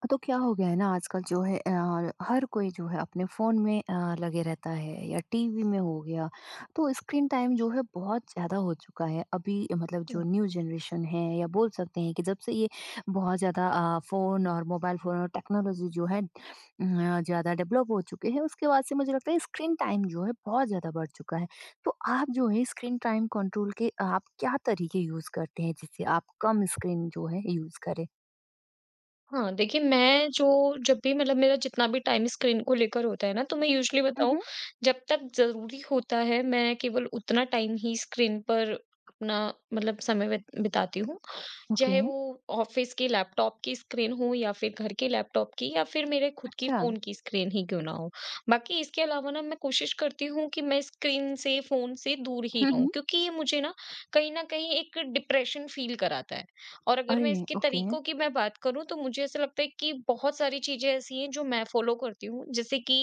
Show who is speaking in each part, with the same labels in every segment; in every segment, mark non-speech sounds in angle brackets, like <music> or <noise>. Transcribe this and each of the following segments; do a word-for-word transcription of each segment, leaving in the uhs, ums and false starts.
Speaker 1: हाँ, तो क्या हो गया है ना आजकल जो है अ, हर कोई जो है अपने फ़ोन में अ, लगे रहता है या टीवी में हो गया। तो स्क्रीन टाइम जो है बहुत ज़्यादा हो चुका है। अभी मतलब जो न्यू जनरेशन है या बोल सकते हैं कि जब से ये बहुत ज़्यादा अ, फ़ोन और मोबाइल फ़ोन और टेक्नोलॉज़ी जो है अ, ज़्यादा डेवलप हो चुके हैं, उसके बाद से मुझे लगता है स्क्रीन टाइम जो है बहुत ज़्यादा बढ़ चुका है। तो आप जो है स्क्रीन टाइम कंट्रोल के आप क्या तरीके यूज़ करते हैं जिससे आप कम स्क्रीन जो है यूज़ करें?
Speaker 2: हाँ, देखिए मैं जो जब भी मतलब मेरा जितना भी टाइम स्क्रीन को लेकर होता है ना, तो मैं यूजुअली
Speaker 1: हुँ,
Speaker 2: बताऊँ
Speaker 1: हुँ।
Speaker 2: जब तक ज़रूरी होता है मैं केवल उतना टाइम ही स्क्रीन पर अपना मतलब समय व्यत बिताती हूँ
Speaker 1: ओके,
Speaker 2: चाहे वो ऑफिस के लैपटॉप की स्क्रीन हो या फिर घर के लैपटॉप की या फिर मेरे खुद की
Speaker 1: अच्छा।
Speaker 2: फ़ोन की स्क्रीन ही क्यों ना हो। बाकी इसके अलावा ना मैं कोशिश करती हूँ कि मैं स्क्रीन से, फ़ोन से दूर ही
Speaker 1: हुँ,
Speaker 2: रहूँ
Speaker 1: हुँ।
Speaker 2: क्योंकि ये मुझे ना कहीं न कहीं एक डिप्रेशन फ़ील कराता है। और अगर
Speaker 1: अरे!
Speaker 2: मैं इसके
Speaker 1: ओके।
Speaker 2: तरीकों की मैं बात करूँ तो मुझे ऐसा लगता है कि बहुत सारी चीज़ें ऐसी हैं जो मैं फ़ॉलो करती हूँ, जैसे कि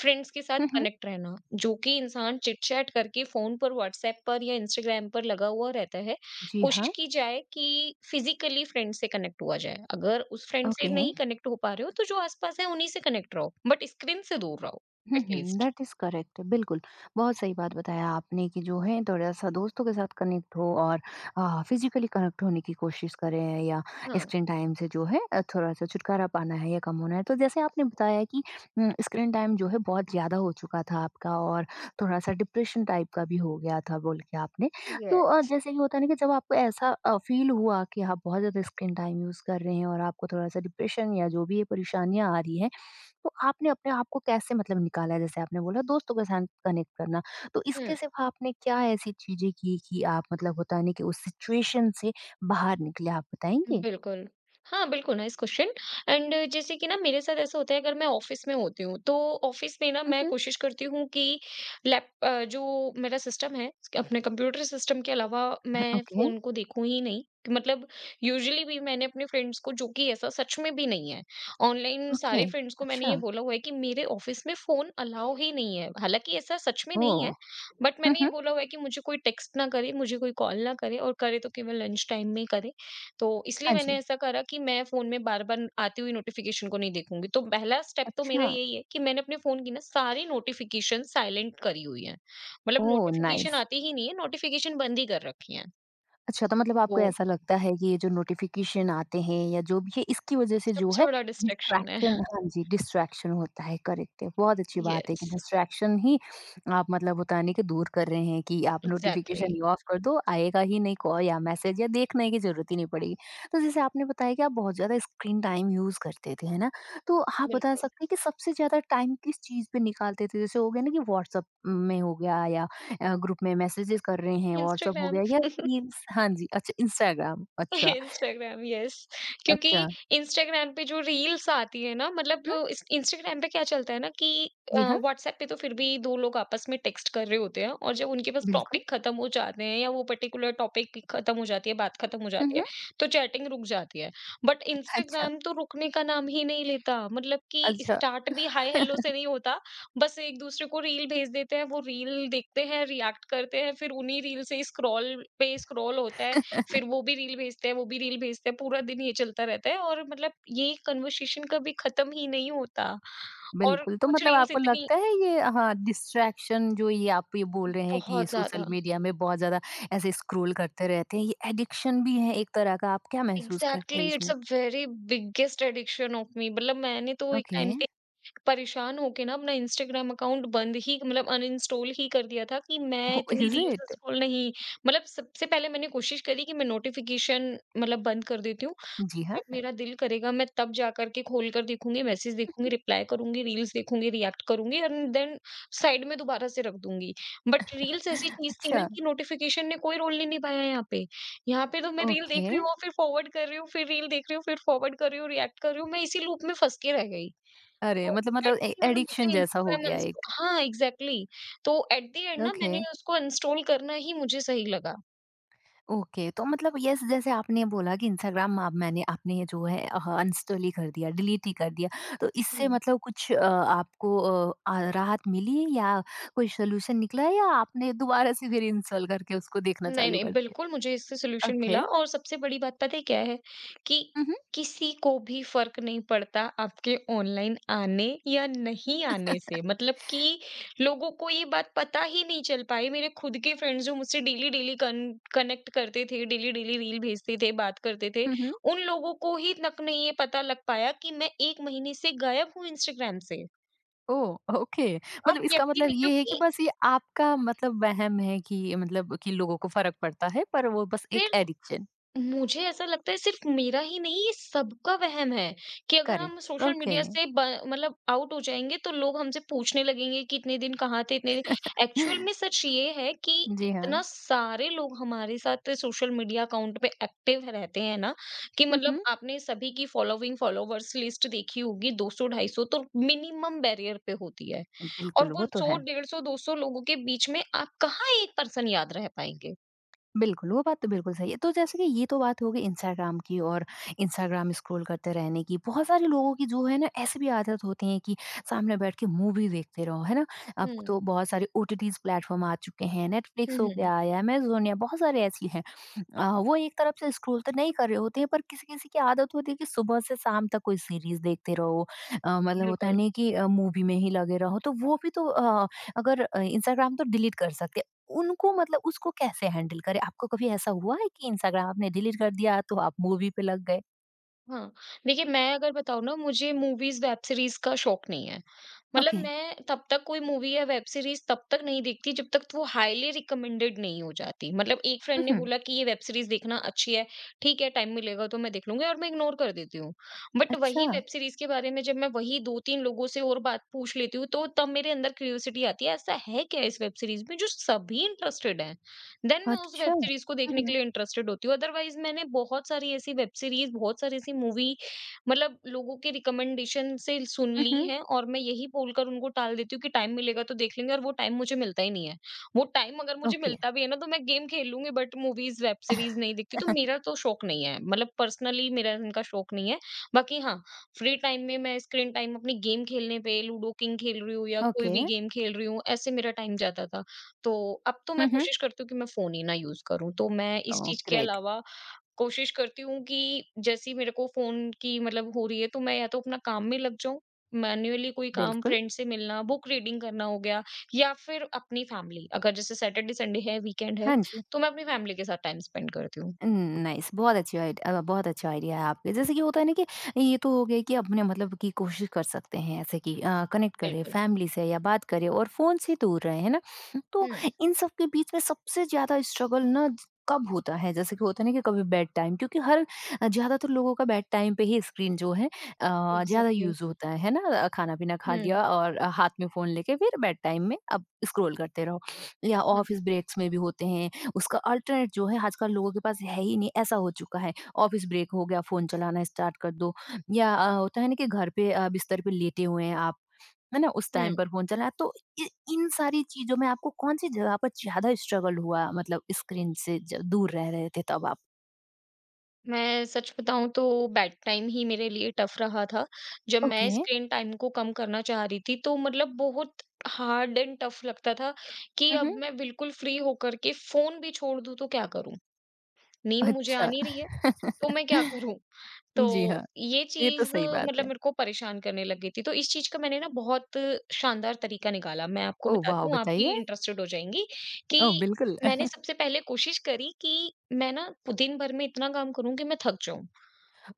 Speaker 2: फ्रेंड्स के साथ
Speaker 1: हुँ, हुँ।
Speaker 2: कनेक्ट रहना। जो कि इंसान चिट-चैट करके फ़ोन पर, व्हाट्सएप पर या इंस्टाग्राम पर लगा हुआ रहता है,
Speaker 1: जी
Speaker 2: कोशिश
Speaker 1: हाँ,
Speaker 2: की जाए कि फिजिकली फ्रेंड से कनेक्ट हुआ जाए। अगर उस फ्रेंड से
Speaker 1: ओके।
Speaker 2: नहीं कनेक्ट हो पा रहे हो तो जो आस-पास है उन्हीं से कनेक्ट रहो, बट स्क्रीन से दूर रहो
Speaker 1: हुँ, हुँ,
Speaker 2: एटलीस्ट।
Speaker 1: दैट इज़ करेक्ट बिल्कुल, बहुत सही बात बताया आपने कि जो है थोड़ा-सा दोस्तों के साथ कनेक्ट हो और अ, फिज़िकली कनेक्ट होने की कोशिश करें या
Speaker 2: हाँ।
Speaker 1: स्क्रीन टाइम से जो है अ, थोड़ा-सा छुटकारा पाना है या कम होना है। तो जैसे आपने बताया कि उम, स्क्रीन टाइम जो है बहुत ज़्यादा हो चुका था आपका और थोड़ा-सा डिप्रेशन टाइप का भी हो गया था बोल के आपने। तो अ,
Speaker 2: यस।
Speaker 1: जैसे कि होता है ना कि जब आपको ऐसा अ, फ़ील हुआ कि आप बहुत ज़्यादा स्क्रीन टाइम यूज़ कर रहे हैं और आपको थोड़ा-सा डिप्रेशन या जो भी ये परेशानियाँ आ रही हैं, तो आपने अपने आप को कैसे मतलब निकाला जैसे आपने बोला दोस्तों के साथ कनेक्ट करना। तो
Speaker 2: हुँ।
Speaker 1: इसके सिवा आपने क्या ऐसी चीज़ें की कि आप मतलब होता है ना कि उस सिचुएशन से बाहर निकले आप बताएँगे?
Speaker 2: बिल्कुल। हाँ, बिल्कुल नाइस क्वेश्चन। एंड जैसे कि ना मेरे साथ ऐसा होता है, अगर मैं ऑफ़िस में होती हूँ, तो ऑफ़िस में ना
Speaker 1: हुँ,
Speaker 2: मैं
Speaker 1: हुँ।
Speaker 2: कोशिश करती हूँ कि लैप अ, जो मेरा सिस्टम है, अपने कंप्यूटर सिस्टम के अलावा मैं
Speaker 1: ओके,
Speaker 2: फ़ोन को देखूँ ही नहीं। कि मतलब यूजुअली भी मैंने अपने फ्रेंड्स को, जो कि ऐसा सच में भी नहीं है, ऑनलाइन
Speaker 1: ओके।
Speaker 2: सारे फ्रेंड्स को मैंने
Speaker 1: अच्छा।
Speaker 2: ये बोला हुआ है कि मेरे ऑफ़िस में फ़ोन अलाउ ही नहीं है। हालाँकि ऐसा सच में नहीं है,
Speaker 1: ओह!
Speaker 2: बट
Speaker 1: हुँ,
Speaker 2: मैंने ये
Speaker 1: हुँ।
Speaker 2: बोला हुआ है कि मुझे कोई टेक्स्ट ना करे, मुझे कोई कॉल ना करे, और करे तो केवल लंच टाइम में करे। तो इसलिए
Speaker 1: हाँ
Speaker 2: मैंने
Speaker 1: जी।
Speaker 2: ऐसा करा कि मैं फ़ोन में बार-बार आती हुई नोटिफ़िकेशन को नहीं देखूँगी। तो पहला स्टेप तो मेरा
Speaker 1: अच्छा।
Speaker 2: यही है कि मैंने अपने फ़ोन की ना सारी नोटिफ़िकेशन साइलेंट करी हुई है। मतलब
Speaker 1: ओह!
Speaker 2: Notification
Speaker 1: nice.
Speaker 2: आती ही नहीं है, नोटिफ़िकेशन बंद ही कर रखी हैं।
Speaker 1: अच्छा, तो मतलब आपको
Speaker 2: तो
Speaker 1: ऐसा लगता है कि ये जो नोटिफ़िकेशन आते हैं या जो भी है इसकी वज़ह से जो
Speaker 2: सबसे
Speaker 1: है
Speaker 2: बड़ा डिस्ट्रैक्शन है।
Speaker 1: डिस्ट्रैक्शन हाँ जी, डिस्ट्रैक्शन होता है, करेक्ट है। बहुत अच्छी बात है
Speaker 2: यस,
Speaker 1: कि डिस्ट्रैक्शन ही आप मतलब होता है ना कि दूर कर रहे हैं कि आप
Speaker 2: एग्ज़ैक्टली।
Speaker 1: नोटिफ़िकेशन ही ऑफ कर दो, आएगा ही नहीं कॉल या मैसेज या देखने की ज़रूरत ही नहीं पड़ेगी। तो जैसे आपने बताया कि आप बहुत ज़्यादा स्क्रीन टाइम यूज़ करते थे, है ना? तो आप बता
Speaker 2: बिल्कुल।
Speaker 1: सकते हैं कि सबसे ज़्यादा टाइम किस चीज़ पे निकालते थे? जैसे हो गया ना कि व्हाट्सएप में हो गया या अ, ग्रुप में मैसेजेस कर रहे हैं, व्हाट्सएप हो
Speaker 2: इंस्टाग्राम।
Speaker 1: गया या रील्स हाँ जी, अच्छा इंस्टाग्राम अच्छा,
Speaker 2: इंस्टाग्राम, यस, क्योंकि
Speaker 1: अच्छा।
Speaker 2: इंस्टाग्राम पे जो रील्स आती है ना, मतलब
Speaker 1: हुँ,
Speaker 2: इस इंस्टाग्राम पे क्या चलता है ना कि
Speaker 1: जी हाँ,
Speaker 2: व्हाट्सएप पे तो फिर भी दो लोग आपस में टेक्स्ट कर रहे होते हैं, और जब उनके पास
Speaker 1: बिल्कुल।
Speaker 2: टॉपिक खत्म हो जाते हैं या वो पर्टिकुलर टॉपिक खत्म हो जाती है, बात खत्म हो
Speaker 1: हुँ,
Speaker 2: जाती है,
Speaker 1: हुँ,
Speaker 2: तो चैटिंग रुक जाती है। बट
Speaker 1: अच्छा,
Speaker 2: इंस्टाग्राम तो रुकने का नाम ही नहीं लेता। मतलब कि
Speaker 1: अच्छा।
Speaker 2: स्टार्ट भी हाय हेलो से नहीं होता, बस एक दूसरे को रील भेज देते हैं, वो रील देखते हैं, रिएक्ट करते हैं, फिर उन्हीं रील से स्क्रॉल पे स्क्रॉल होता है, फिर वो
Speaker 1: <laughs>
Speaker 2: भी रील भेजते हैं, वो भी रील भेजते हैं, पूरा दिन ये चलता रहता है, और मतलब ये कन्वर्सेशन कभी खत्म ही नहीं होता। और
Speaker 1: बिल्कुल, तो
Speaker 2: कुछ
Speaker 1: मतलब
Speaker 2: रील्स
Speaker 1: आपको
Speaker 2: इतनी
Speaker 1: लगता है ये हाँ, डिस्ट्रैक्शन जो ये आप ये बोल रहे हैं कि ये
Speaker 2: बहुत ज़्यादा
Speaker 1: सोशल मीडिया में बहुत ज़्यादा ऐसे स्क्रॉल करते रहते हैं, ये एडिक्शन भी है एक तरह का, आप क्या महसूस करते हैं
Speaker 2: एग्ज़ैक्टली इट्स
Speaker 1: इसमें?
Speaker 2: Uh very biggest addiction of me. मतलब मैंने तो एक
Speaker 1: ओके,
Speaker 2: टाइम परेशान होके ना अपना इंस्टाग्राम अकाउंट बंद ही मतलब अनइंस्टॉल ही कर दिया था कि मैं
Speaker 1: ओह
Speaker 2: इतनी
Speaker 1: इज़
Speaker 2: रील्स
Speaker 1: इट?
Speaker 2: स्क्रॉल
Speaker 1: <laughs>
Speaker 2: नहीं। मतलब सबसे पहले मैंने कोशिश करी कि मैं नोटिफिकेशन मतलब बंद कर देती हूँ।
Speaker 1: जी हाँ,
Speaker 2: जब मेरा दिल करेगा, मैं तब जा कर के खोल कर देखूँगी, मैसेज देखूँगी, रिप्लाई करूँगी, रील्स देखूँगी, रिएक्ट करूँगी, एंड देन साइड में दोबारा से रख दूँगी। बट रील्स ऐसी चीज़ थी ना
Speaker 1: अच्छा,
Speaker 2: कि नोटिफिकेशन ने कोई रोल नहीं निभाया यहाँ पे। यहाँ पे तो मैं रील
Speaker 1: ओके।
Speaker 2: देख रही हूँ, फिर फॉरवर्ड कर रही हूँ, फिर रील देख रही हूँ, फिर फॉरवर्ड कर रही हूँ, रिएक्ट कर रही हूँ, मैं इसी लूप में फँस के रह गई।
Speaker 1: अरे!
Speaker 2: तो
Speaker 1: मतलब
Speaker 2: एट
Speaker 1: मतलब ए
Speaker 2: द एंड
Speaker 1: एडिक्शन
Speaker 2: मुझे
Speaker 1: जैसा हो
Speaker 2: इंस्टाग्राम
Speaker 1: गया
Speaker 2: इंस्टॉ
Speaker 1: एक,
Speaker 2: हाँ, एग्ज़ैक्टली। तो एट द एंड ना
Speaker 1: ओके।
Speaker 2: मैंने उसको इंस्टॉल करना ही मुझे सही लगा।
Speaker 1: ओके तो मतलब यस जैसे आपने बोला कि इंस्टाग्राम आप मैंने आपने ये जो है अनइंस्टॉल ही कर दिया डिलीट ही कर दिया तो इससे
Speaker 2: हुँ।
Speaker 1: मतलब कुछ अ, आपको अ, आ- राहत मिली या कोई सोल्यूशन निकला है या आपने दोबारा से फिर इंस्टॉल करके उसको देखना
Speaker 2: नहीं,
Speaker 1: चालू
Speaker 2: नहीं,
Speaker 1: कर
Speaker 2: बिल्कुल
Speaker 1: दिया
Speaker 2: मुझे इससे सॉल्यूशन मिला,
Speaker 1: ओके
Speaker 2: और सबसे बड़ी बात पता है क्या है कि
Speaker 1: मम्हम,
Speaker 2: किसी को भी फ़र्क नहीं पड़ता आपके ऑनलाइन आने या नहीं आने से। मतलब कि लोगों को ये बात पता ही नहीं चल पाई। मेरे खुद के फ्रेंड्स, जो मुझसे डेली-डेली कन कनेक्ट करते थे, डेली-डेली रील भेजते थे, बात करते थे,
Speaker 1: मम्हम,
Speaker 2: उन लोगों को ही तक नहीं ये पता लग पाया कि मैं एक महीने से गायब हूँ इंस्टाग्राम से।
Speaker 1: ओ <laughs> ओके
Speaker 2: आप
Speaker 1: मतलब इसका
Speaker 2: यकीन
Speaker 1: मतलब
Speaker 2: नहीं,
Speaker 1: ये है कि
Speaker 2: क्योंकि
Speaker 1: बस ये आपका मतलब वहम है कि मतलब कि लोगों को फर्क पड़ता है पर वो बस एक
Speaker 2: सिर्फ
Speaker 1: एडिक्शन
Speaker 2: मुझे ऐसा लगता है सिर्फ मेरा ही नहीं ये सबका वहम है कि अगर हम
Speaker 1: करेक्ट
Speaker 2: सोशल
Speaker 1: ओके
Speaker 2: मीडिया से ब, मतलब आउट हो जाएंगे तो लोग हमसे पूछने लगेंगे कि इतने दिन कहाँ थे इतने दिन। एक्चुअल
Speaker 1: <laughs>
Speaker 2: में सच ये है कि
Speaker 1: जी हाँ
Speaker 2: इतना सारे लोग हमारे साथ सोशल मीडिया अकाउंट पे एक्टिव रहते हैं ना कि मतलब आपने सभी की फॉलोइंग फॉलोवर्स लिस्ट देखी होगी, दो सौ ढाई सौ तो मिनिमम बैरियर पे होती है। और
Speaker 1: बिल्कुल,
Speaker 2: वो
Speaker 1: वो तो
Speaker 2: सौ
Speaker 1: है।
Speaker 2: डेढ़ सौ दो सौ लोगों के बीच में आप कहाँ एक पर्सन याद रह पाएंगे।
Speaker 1: बिल्कुल, वो बात तो बिल्कुल सही है। तो जैसे कि ये तो बात हो गई इंस्टाग्राम की और इंस्टाग्राम स्क्रॉल करते रहने की। बहुत सारे लोगों की जो है ना ऐसी भी आदत होती है कि सामने बैठ के मूवी देखते रहो, है ना? अब
Speaker 2: हम्म।
Speaker 1: तो बहुत सारे ओटीटीज़ प्लेटफ़ॉर्म आ चुके हैं,
Speaker 2: हम्म
Speaker 1: नेटफ्लिक्स हो
Speaker 2: हम्म,
Speaker 1: गया या अमेज़न या बहुत सारे ऐसी हैं। अ, वो एक तरफ से स्क्रॉल तो नहीं कर रहे होते हैं पर किसी-किसी की आदत होती है कि सुबह से शाम तक कोई सीरीज़ देखते रहो। अ, मतलब होता है
Speaker 2: बिल्कुल।
Speaker 1: नहीं कि अ, मूवी में ही लगे रहो। तो वो भी तो अ, अगर अ, इंस्टाग्राम तो डिलीट कर सकते उनको मतलब उसको कैसे हैंडल करें? आपको कभी ऐसा हुआ है कि इंस्टाग्राम आपने डिलीट कर दिया तो आप मूवी पे लग गए?
Speaker 2: हाँ, देखिए मैं अगर बताऊँ ना, मुझे मूवीज़, वेब सीरीज़ का शौक नहीं है। मतलब
Speaker 1: ओके।
Speaker 2: मैं तब तक कोई मूवी या वेब सीरीज़ तब तक नहीं देखती जब तक वो हाइली रिकमेंडेड नहीं हो जाती। मतलब एक फ्रेंड ने
Speaker 1: उहुँ।
Speaker 2: बोला कि ये वेब सीरीज़ देखना अच्छी है, ठीक है टाइम मिलेगा तो मैं देख लूँगी, और मैं इग्नोर कर देती हूँ। बट
Speaker 1: अच्छा,
Speaker 2: वही वेब सीरीज़ के बारे में जब मैं वही दो तीन लोगों से और बात पूछ लेती हूँ तो तब मेरे अंदर क्यूरियोसिटी आती है, ऐसा है क्या इस वेब सीरीज़ में जो सभी इंटरेस्टेड हैं? देन मैं उस वेब
Speaker 1: अच्छा। हुँ,
Speaker 2: सीरीज को देखने के
Speaker 1: हुँ।
Speaker 2: लिए इंटरेस्टेड होती हूँ। अदरवाइज मैंने बहुत सारी ऐसी वेब सीरीज, बहुत सारी ऐसी मूवी मतलब लोगों के रिकमेंडेशन से सुन
Speaker 1: हुँ,
Speaker 2: ली
Speaker 1: हुँ।
Speaker 2: हैं, और मैं यही बोलकर उनको टाल देती हूँ कि टाइम मिलेगा तो देख लेंगे, और वो टाइम मुझे मिलता ही नहीं है। वो टाइम अगर मुझे
Speaker 1: ओके,
Speaker 2: मिलता भी है ना तो मैं गेम खेल लूँगी, बट मूवीज, वेब सीरीज नहीं देखती तो मेरा तो शौक नहीं है। मतलब पर्सनली मेरा इनका शौक नहीं है। बाकी हाँ, फ्री टाइम में मैं स्क्रीन टाइम अपनी गेम खेलने पे, लूडो किंग खेल रही हूँ या कोई
Speaker 1: ओके।
Speaker 2: भी गेम खेल रही हूँ, ऐसे मेरा टाइम जाता था। तो अब तो मैं
Speaker 1: हुँ, हुँ।
Speaker 2: कोशिश करती हूँ कि मैं फ़ोन ही ना यूज़ करूँ। तो मैं इस
Speaker 1: ओह
Speaker 2: चीज़ के
Speaker 1: ग्रेट!
Speaker 2: अलावा कोशिश करती हूँ कि जैसे ही मेरे को फ़ोन की मतलब हो रही है तो मैं या तो अपना काम में लग जाऊँ, मैन्युअली कोई काम,
Speaker 1: बिल्कुल।
Speaker 2: फ्रेंड से मिलना, बुक रीडिंग करना हो गया, या फिर अपनी फैमिली अगर जैसे सैटरडे संडे है, वीकेंड है,
Speaker 1: हाँ जी।
Speaker 2: तो मैं अपनी फैमिली के साथ टाइम स्पेंड करती हूँ।
Speaker 1: उम, नाइस बहुत अच्छी आइड अ, बहुत अच्छा आइडिया है आपके। जैसे कि होता है ना कि ये तो हो गया कि अपने मतलब की कोशिश कर सकते हैं ऐसे कि अ, कनेक्ट करें
Speaker 2: बिल्कुल।
Speaker 1: फैमिली से या बात करें और फ़ोन से दूर रहें, है ना? तो
Speaker 2: हुँ,
Speaker 1: इन सब के बीच में सबसे ज़्यादा स्ट्रगल ना ज- कब होता है? जैसे कि होता है ना कि कभी बेड टाइम क्योंकि हर अ, ज़्यादातर लोगों का बेड टाइम पे ही स्क्रीन जो है अ, ज़्यादा
Speaker 2: एग्ज़ैक्टली।
Speaker 1: यूज़ होता है, है ना? अ, खाना-पीना खा
Speaker 2: हुँ,
Speaker 1: लिया और अ, हाथ में फ़ोन लेके फिर बेड टाइम में अब स्क्रॉल करते रहो या
Speaker 2: हुँ,
Speaker 1: ऑफ़िस ब्रेक्स में भी होते हैं उसका अल्टरनेट जो है आजकल लोगों के पास है ही नहीं, ऐसा हो चुका है। ऑफ़िस ब्रेक हो गया, फ़ोन चलाना स्टार्ट कर दो या अ, होता है ना कि घर पे अ, बिस्तर पे लेटे हुए हैं आप, है ना? उस टाइम
Speaker 2: हुँ।
Speaker 1: पर फ़ोन चलाया तो इ इन सारी चीज़ों में आपको कौन-सी जगह पर ज़्यादा स्ट्रगल हुआ मतलब स्क्रीन से ज दूर रह रहे थे तब आप?
Speaker 2: मैं सच बताऊँ तो बेड टाइम ही मेरे लिए टफ़ रहा था। जब मैं
Speaker 1: ओके।
Speaker 2: स्क्रीन टाइम को कम करना चाह रही थी तो मतलब बहुत हार्ड एंड टफ़ लगता था कि
Speaker 1: हुँ,
Speaker 2: अब
Speaker 1: हुँ।
Speaker 2: मैं बिल्कुल फ्री होकर के फ़ोन भी छोड़ दूँ तो क्या करूँ? नींद मुझे आ
Speaker 1: अच्छा।
Speaker 2: नहीं रही है, तो मैं क्या करूँ? तो
Speaker 1: <laughs> जी हाँ,
Speaker 2: ये
Speaker 1: ये तो
Speaker 2: चीज़
Speaker 1: सही बात
Speaker 2: मतलब
Speaker 1: है।
Speaker 2: मेरे को परेशान करने लग गई थी। तो इस चीज़ का मैंने ना बहुत शानदार तरीका निकाला। मैं आपको
Speaker 1: ओह
Speaker 2: बताती
Speaker 1: वाओ!
Speaker 2: हूँ, आप भी
Speaker 1: बताइए।
Speaker 2: इंटरेस्टेड हो जाएँगी कि
Speaker 1: ओह बिल्कुल।
Speaker 2: मैंने सबसे पहले कोशिश करी कि मैं ना दिन भर में इतना काम करूँ कि मैं थक जाऊँ।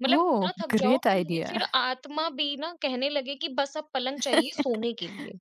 Speaker 2: मतलब
Speaker 1: ओह
Speaker 2: इतना थक जाओ
Speaker 1: ग्रेट
Speaker 2: कि
Speaker 1: आइडिया।
Speaker 2: फिर आत्मा भी ना कहने लगे कि बस अब पलंग चाहिए सोने के लिए।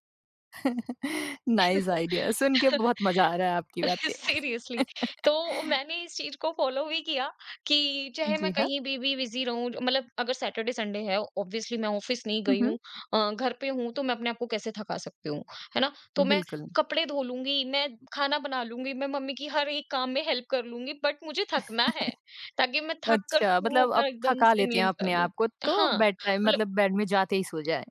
Speaker 1: नाइस आइडिया <laughs> सुन के
Speaker 2: <laughs>
Speaker 1: बहुत मज़ा आ रहा है आपकी बातें।
Speaker 2: सीरियसली, तो मैंने इस चीज को फॉलो भी किया कि चाहे मैं
Speaker 1: जी हाँ।
Speaker 2: कहीं भी भी बिजी रहूं जो- मतलब अगर सैटरडे संडे है ऑब्वियसली मैं ऑफिस नहीं
Speaker 1: हुँ,
Speaker 2: गई
Speaker 1: हुँ।
Speaker 2: हूँ, अ, घर पे हूँ तो मैं अपने आप को कैसे थका सकती हूँ, है ना? तो मैं
Speaker 1: बिल्कुल।
Speaker 2: कपड़े धो लूंगी, मैं खाना बना लूंगी, मैं मम्मी की हर एक काम में हेल्प कर लूंगी, बट मुझे थकना है, ताकि मैं थक कर
Speaker 1: अच्छा,
Speaker 2: चूर
Speaker 1: मतलब अब
Speaker 2: होकर एकदम
Speaker 1: थका
Speaker 2: से
Speaker 1: लेते हैं
Speaker 2: नींद कर
Speaker 1: अपने
Speaker 2: लूं।
Speaker 1: आप को तो
Speaker 2: हाँ
Speaker 1: बेड टाइम
Speaker 2: मतलब
Speaker 1: मतलब बेड में जाते ही सो जाएँ।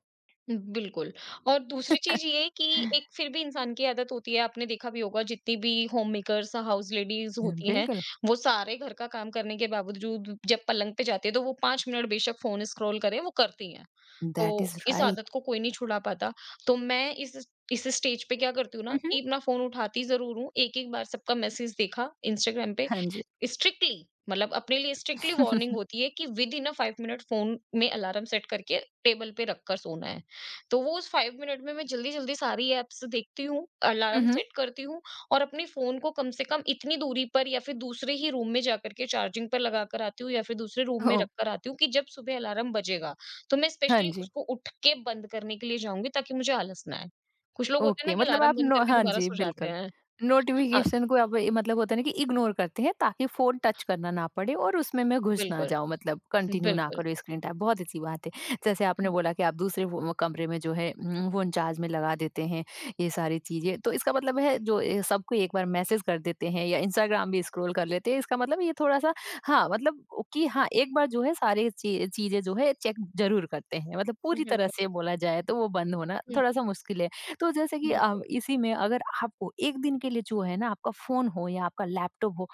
Speaker 2: बिल्कुल। और दूसरी चीज ये कि एक
Speaker 1: <laughs>
Speaker 2: फिर भी इंसान की आदत होती है, आपने देखा भी होगा जितनी भी होम मेकर्स हाउस लेडीज होती हैं,
Speaker 1: बिल्कुल।
Speaker 2: वो सारे घर का काम करने के बावजूद जब पलंग पे जाती है तो वो पांच मिनट बेशक फोन स्क्रॉल करें, वो करती हैं। तो
Speaker 1: दैट इज़
Speaker 2: इस आदत
Speaker 1: राइट।
Speaker 2: को कोई नहीं छुड़ा पाता, तो मैं इस इस स्टेज पे क्या करती हूँ ना
Speaker 1: हुँ, हुँ।
Speaker 2: कि अपना फोन उठाती जरूर हूँ, एक एक बार सबका मैसेज देखा इंस्टाग्राम पे।
Speaker 1: हाँ जी।
Speaker 2: स्ट्रिक्टली मतलब अपने लिए स्ट्रिक्टली वार्निंग
Speaker 1: <laughs>
Speaker 2: होती है कि विद इन अ पाँच मिनट फोन में अलार्म सेट करके टेबल पे रख कर सोना है। तो वो उस पाँच मिनट में मैं जल्दी-जल्दी सारी ऐप्स देखती हूँ,
Speaker 1: हुँ,
Speaker 2: अलार्म
Speaker 1: हुँ।
Speaker 2: सेट करती हूँ, और अपने फ़ोन को कम से कम इतनी दूरी पर या फिर दूसरे ही रूम में जाकर के चार्जिंग पर लगा कर आती हूँ, या फिर दूसरे रूम में
Speaker 1: ओह!
Speaker 2: रख कर आती हूँ कि जब सुबह अलार्म बजेगा, तो मैं
Speaker 1: हाँ
Speaker 2: स्पेशली
Speaker 1: जी।
Speaker 2: उसको उठ के बंद करने के लिए जाऊँगी, ताकि मुझे आलस ना आए। कुछ लोग होते हैं ना
Speaker 1: ओके
Speaker 2: कि
Speaker 1: मतलब
Speaker 2: अलार्म
Speaker 1: आप
Speaker 2: बंद
Speaker 1: नो
Speaker 2: करके
Speaker 1: हाँ
Speaker 2: दोबारा
Speaker 1: जी,
Speaker 2: सो जाते
Speaker 1: बिल्कुल।
Speaker 2: हैं। हाँ,
Speaker 1: नोटिफ़िकेशन को आप ए मतलब होता है ना कि इग्नोर करते हैं ताकि फ़ोन टच करना ना पड़े और उसमें मैं घुस ना
Speaker 2: बिल्कुल,
Speaker 1: जाऊँ मतलब कंटिन्यू ना
Speaker 2: बिल्कुल।
Speaker 1: करो स्क्रीन टाइम, बहुत अच्छी बात है। जैसे आपने
Speaker 2: हाँ,
Speaker 1: बोला कि आप दूसरे वो वो कमरे में जो है उम, फ़ोन चार्ज में लगा देते हैं, ये सारी चीज़ें। तो इसका मतलब है जो ए सबको एक बार मैसेज कर देते हैं या इंस्टाग्राम भी स्क्रॉल कर लेते हैं, इसका मतलब ये थोड़ा-सा हाँ, मतलब कि हाँ, एक बार जो है सारी ची चीज़ें जो है चेक ज़रूर करते हैं। मतलब पूरी तरह
Speaker 2: बिल्कुल।
Speaker 1: से बोला जाए तो वो बंद होना थोड़ा-सा मुश्किल है। तो जैसे कि अ,
Speaker 2: बिल्कुल,
Speaker 1: इसी में अगर आपको एक दिन के लिए जो है ना आपका फ़ोन हो या आपका लैपटॉप हो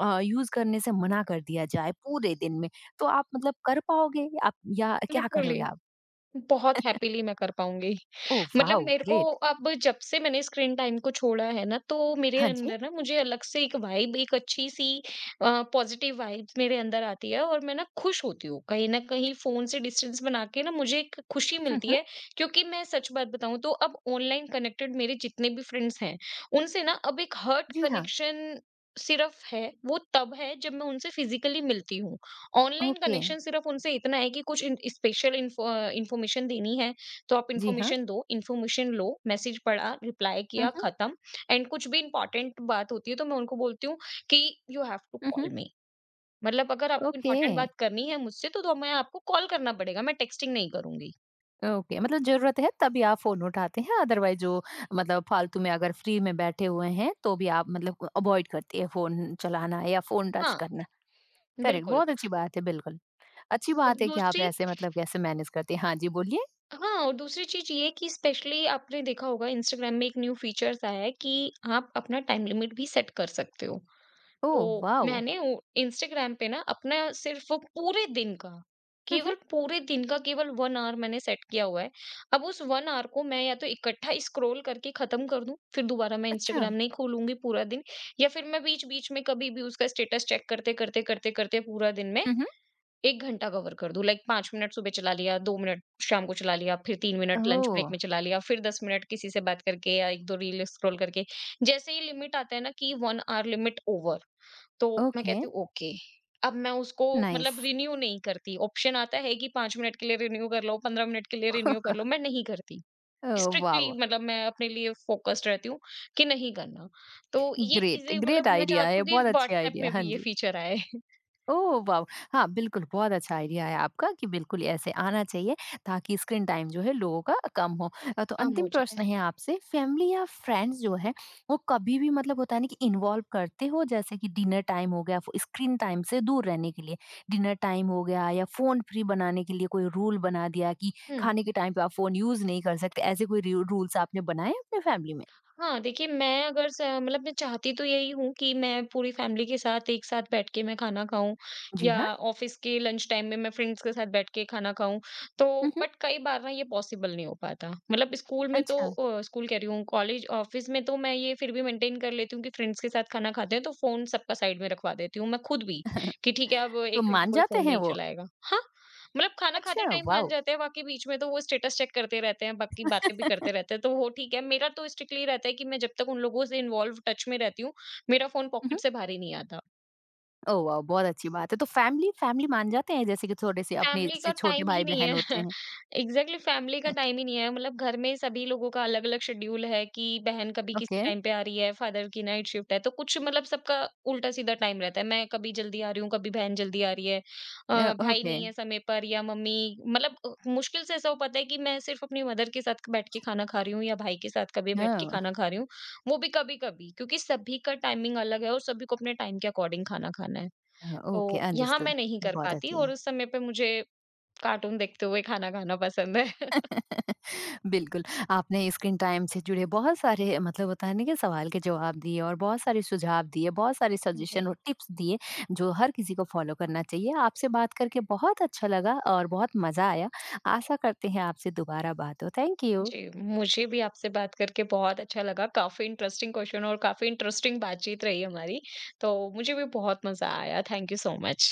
Speaker 1: अ, यूज़ करने से मना कर दिया जाए पूरे दिन में, तो आप मतलब कर पाओगे आप या क्या
Speaker 2: लिटरली
Speaker 1: करोगे आप?
Speaker 2: बहुत हैपीली मैं कर पाऊँगी।
Speaker 1: ओह
Speaker 2: मतलब
Speaker 1: वाओ!
Speaker 2: मेरे को
Speaker 1: ग्रेट।
Speaker 2: अब जब से मैंने स्क्रीन टाइम को छोड़ा है ना, तो मेरे
Speaker 1: हाँ जी।
Speaker 2: अंदर ना मुझे अलग से एक वाइब एक अच्छी-सी अ, पॉज़िटिव वाइब्स मेरे अंदर आती है, और मैं ना खुश होती हूँ। कहीं न कहीं फ़ोन से डिस्टेंस बना के ना मुझे एक खुशी
Speaker 1: हुँ,
Speaker 2: मिलती
Speaker 1: हुँ।
Speaker 2: है, क्योंकि मैं सच बात बताऊँ तो अब ऑनलाइन कनेक्टेड मेरे जितने भी फ्रेंड्स हैं, उनसे ना अब एक हर्ट
Speaker 1: जी हाँ।
Speaker 2: कनेक्शन सिर्फ़ है, वो तब है जब मैं उनसे फिज़िकली मिलती हूँ। Online
Speaker 1: okay.
Speaker 2: कनेक्शन सिर्फ उनसे इतना है कि कुछ इन स्पेशल इन्फो अ, इन्फॉर्मेशन देनी है, तो आप
Speaker 1: जी हाँ।
Speaker 2: इन्फॉर्मेशन दो, इन्फॉर्मेशन लो, मैसेज पढ़ा, रिप्लाई
Speaker 1: हुँ,
Speaker 2: किया,
Speaker 1: हुँ।
Speaker 2: खत्म। एंड कुछ भी इम्पोर्टेंट बात होती है तो मैं उनको बोलती हूँ कि यू हैव टू
Speaker 1: हुँ,
Speaker 2: कॉल
Speaker 1: हुँ।
Speaker 2: मी। मतलब अगर आपको
Speaker 1: ओके,
Speaker 2: इम्पोर्टेंट बात करनी है मुझसे तो तो मैं आपको कॉल करना पड़ेगा, मैं टेक्स्टिंग नहीं करूँगी।
Speaker 1: ओके मतलब ज़रूरत है तभी आप फ़ोन उठाते हैं अदरवाइज़ जो मतलब फालतू में अगर फ्री में बैठे हुए हैं तो भी आप मतलब अवॉइड करती है फ़ोन चलाना या फ़ोन टच
Speaker 2: हाँ,
Speaker 1: करना। करेक्ट
Speaker 2: बिल्कुल।
Speaker 1: बहुत अच्छी बात है बिल्कुल। अच्छी
Speaker 2: और
Speaker 1: बात है कि आप
Speaker 2: दूसरी
Speaker 1: ऐसे मतलब कैसे मैनेज करते हैं। हाँ जी, बोलिए।
Speaker 2: हाँ, और दूसरी चीज़ ये कि स्पेशली आपने देखा होगा, इंस्टाग्राम में एक न्यू फीचर्स आया है कि आप अपना टाइम लिमिट भी सेट कर सकते हो।
Speaker 1: ओह
Speaker 2: तो
Speaker 1: वाओ!
Speaker 2: मैंने वो इंस्टाग्राम पे ना अपना सिर्फ़ पूरे दिन का,
Speaker 1: हुँ, हुँ।
Speaker 2: केवल पूरे दिन का केवल वन आवर मैंने सेट किया हुआ है। अब उस वन आवर को मैं या तो इकट्ठा स्क्रॉल करके ख़त्म कर दूँ, फिर दोबारा मैं
Speaker 1: अच्छा।
Speaker 2: इंस्टाग्राम नहीं खोलूँगी पूरा दिन। या फिर मैं बीच-बीच में कभी भी उसका स्टेटस चेक करते-करते, करते-करते पूरा दिन में
Speaker 1: हुँ, हुँ।
Speaker 2: एक घंटा कवर कर दूँ। लाइक पाँच मिनट सुबह चला लिया, दो मिनट शाम को चला लिया, फिर तीन मिनट लंच
Speaker 1: ओह!
Speaker 2: ब्रेक में चला लिया, फिर दस मिनट किसी से बात करके या एक दो रील स्क्रॉल करके। जैसे ही लिमिट आता है ना कि वन आवर लिमिट ओवर, तो मैं
Speaker 1: ओके,
Speaker 2: कहती हूँ ओके, अब मैं उसको
Speaker 1: नाइस।
Speaker 2: मतलब रिन्यू नहीं करती। ऑप्शन आता है कि पाँच मिनट के लिए रिन्यू कर लो, पंद्रह मिनट के लिए रिन्यू कर लो, मैं
Speaker 1: <laughs>
Speaker 2: नहीं करती।
Speaker 1: Oh
Speaker 2: strictly
Speaker 1: wow!
Speaker 2: मतलब मैं अपने लिए फ़ोकस्ड रहती हूँ कि नहीं करना। तो ये
Speaker 1: ग्रेट,
Speaker 2: चीज़ें मतलब
Speaker 1: ग्रेट
Speaker 2: मैं
Speaker 1: आइडिया
Speaker 2: चाहती
Speaker 1: है,
Speaker 2: हूँ कि
Speaker 1: बहुत अच्छे
Speaker 2: व्हाट्सऐप
Speaker 1: आइडिया।
Speaker 2: में
Speaker 1: हाँ
Speaker 2: भी ये
Speaker 1: जी।
Speaker 2: फीचर आए, <laughs>
Speaker 1: ओह वाव! हाँ, बिल्कुल, बहुत अच्छा आइडिया है आपका कि बिल्कुल ऐसे आना चाहिए ताकि स्क्रीन टाइम जो है लोगों का कम हो। अ, तो
Speaker 2: कम हो
Speaker 1: अंतिम
Speaker 2: जाए।
Speaker 1: प्रश्न है आपसे फैमिली या फ्रेंड्स जो है वो कभी भी मतलब होता है ना कि इन्वॉल्व करते हो जैसे कि डिनर टाइम हो गया, फ़ो स्क्रीन टाइम से दूर रहने के लिए, डिनर टाइम हो गया या फ़ोन फ्री बनाने के लिए कोई रूल बना दिया कि खाने के टाइम पे आप फ़ोन यूज़ नहीं कर सकते, ऐसे कोई रू रूल्स आपने बनाए अपने फैमिली में?
Speaker 2: हाँ, देखिए मैं अगर स मतलब मैं चाहती तो यही हूँ कि मैं पूरी फ़ैमिली के साथ एक साथ बैठ के मैं खाना खाऊँ,
Speaker 1: जी
Speaker 2: या
Speaker 1: हाँ।
Speaker 2: ऑफ़िस के लंच टाइम में मैं फ्रेंड्स के साथ बैठ के खाना खाऊँ। तो
Speaker 1: हुँ, हुँ।
Speaker 2: बट कई बार ना ये पॉसिबल नहीं हो पाता। मतलब स्कूल में तो
Speaker 1: अच्छा।
Speaker 2: अ, स्कूल कह रही हूँ, कॉलेज ऑफ़िस में तो मैं ये फिर भी मेंटेन कर लेती हूँ कि फ्रेंड्स के साथ खाना खाते हैं तो फ़ोन सबका साइड में रखवा देती हूँ, मैं खुद भी,
Speaker 1: <laughs>
Speaker 2: कि ठीक है अब
Speaker 1: तो
Speaker 2: एक घंटे
Speaker 1: मान
Speaker 2: कोई
Speaker 1: जाते
Speaker 2: फ़ोन
Speaker 1: हैं
Speaker 2: नहीं
Speaker 1: वो?
Speaker 2: चलाएगा। हाँ। मतलब खाना खाते
Speaker 1: अच्छा,
Speaker 2: टाइम जान
Speaker 1: वाव!
Speaker 2: जाते हैं, बाकी बीच में तो वो स्टेटस चेक करते रहते हैं, बाकी बातें भी करते
Speaker 1: <laughs>
Speaker 2: रहते हैं, तो वो ठीक है। मेरा तो स्ट्रिक्टली रहता है कि मैं जब तक उन लोगों से इन्वॉल्व टच में रहती हूँ, मेरा फ़ोन पॉकेट से बाहर ही नहीं आता।
Speaker 1: ओह वाह! बहुत अच्छी बात है। तो फैमिली फैमिली मान जाते हैं जैसे कि थोड़े से अपने
Speaker 2: फैमिली का
Speaker 1: से छोटे
Speaker 2: टाइम ही नहीं
Speaker 1: भाई-बहन
Speaker 2: है।
Speaker 1: होते
Speaker 2: <laughs>
Speaker 1: हैं?
Speaker 2: एग्जैक्टली फैमिली का टाइम ही नहीं है, मतलब घर में सभी लोगों का अलग-अलग शेड्यूल है कि बहन कभी किसी
Speaker 1: ओके
Speaker 2: टाइम पे आ रही है, फादर की नाइट शिफ्ट है, तो कुछ मतलब सबका उल्टा-सीधा टाइम रहता है। मैं कभी जल्दी आ रही हूँ, कभी बहन जल्दी आ रही है। अ,
Speaker 1: अ,
Speaker 2: भाई
Speaker 1: ओके
Speaker 2: नहीं है समय पर, या मम्मी मतलब अ, मुश्किल से ऐसा हो पाता है कि मैं सिर्फ अपनी मदर के साथ बैठ के खाना खा रही हूँ, या भाई के साथ कभी बैठ के
Speaker 1: ओह!
Speaker 2: खाना खा रही हूँ, वो भी कभी-कभी, क्योंकि सभी का टाइमिंग अलग है और सभी को अपने टाइम के अकॉर्डिंग खाना खाना है।
Speaker 1: अ,
Speaker 2: तो
Speaker 1: ओके
Speaker 2: यहाँ मैं
Speaker 1: अंडरस्टूड
Speaker 2: नहीं कर
Speaker 1: बहुत
Speaker 2: पाती,
Speaker 1: अच्छी
Speaker 2: और
Speaker 1: बात।
Speaker 2: उस समय पे मुझे कार्टून देखते हुए खाना खाना पसंद है। <laughs>
Speaker 1: <laughs> बिल्कुल, आपने स्क्रीन टाइम से जुड़े बहुत सारे मतलब होता है ना कि सवाल के जवाब दिए और बहुत सारे सुझाव दिए, बहुत सारे सजेशन
Speaker 2: जी।
Speaker 1: और टिप्स दिए जो हर किसी को फॉलो करना चाहिए। आपसे बात करके बहुत अच्छा लगा और बहुत मज़ा आया। आशा करते हैं आपसे दोबारा बात हो। Thank you.
Speaker 2: जी, मुझे भी आपसे बात करके बहुत अच्छा लगा। काफ़ी इंटरेस्टिंग क्वेश्चन और काफ़ी इंटरेस्टिंग बातचीत रही हमारी। तो मुझे भी बहुत मज़ा आया। Thank you so much.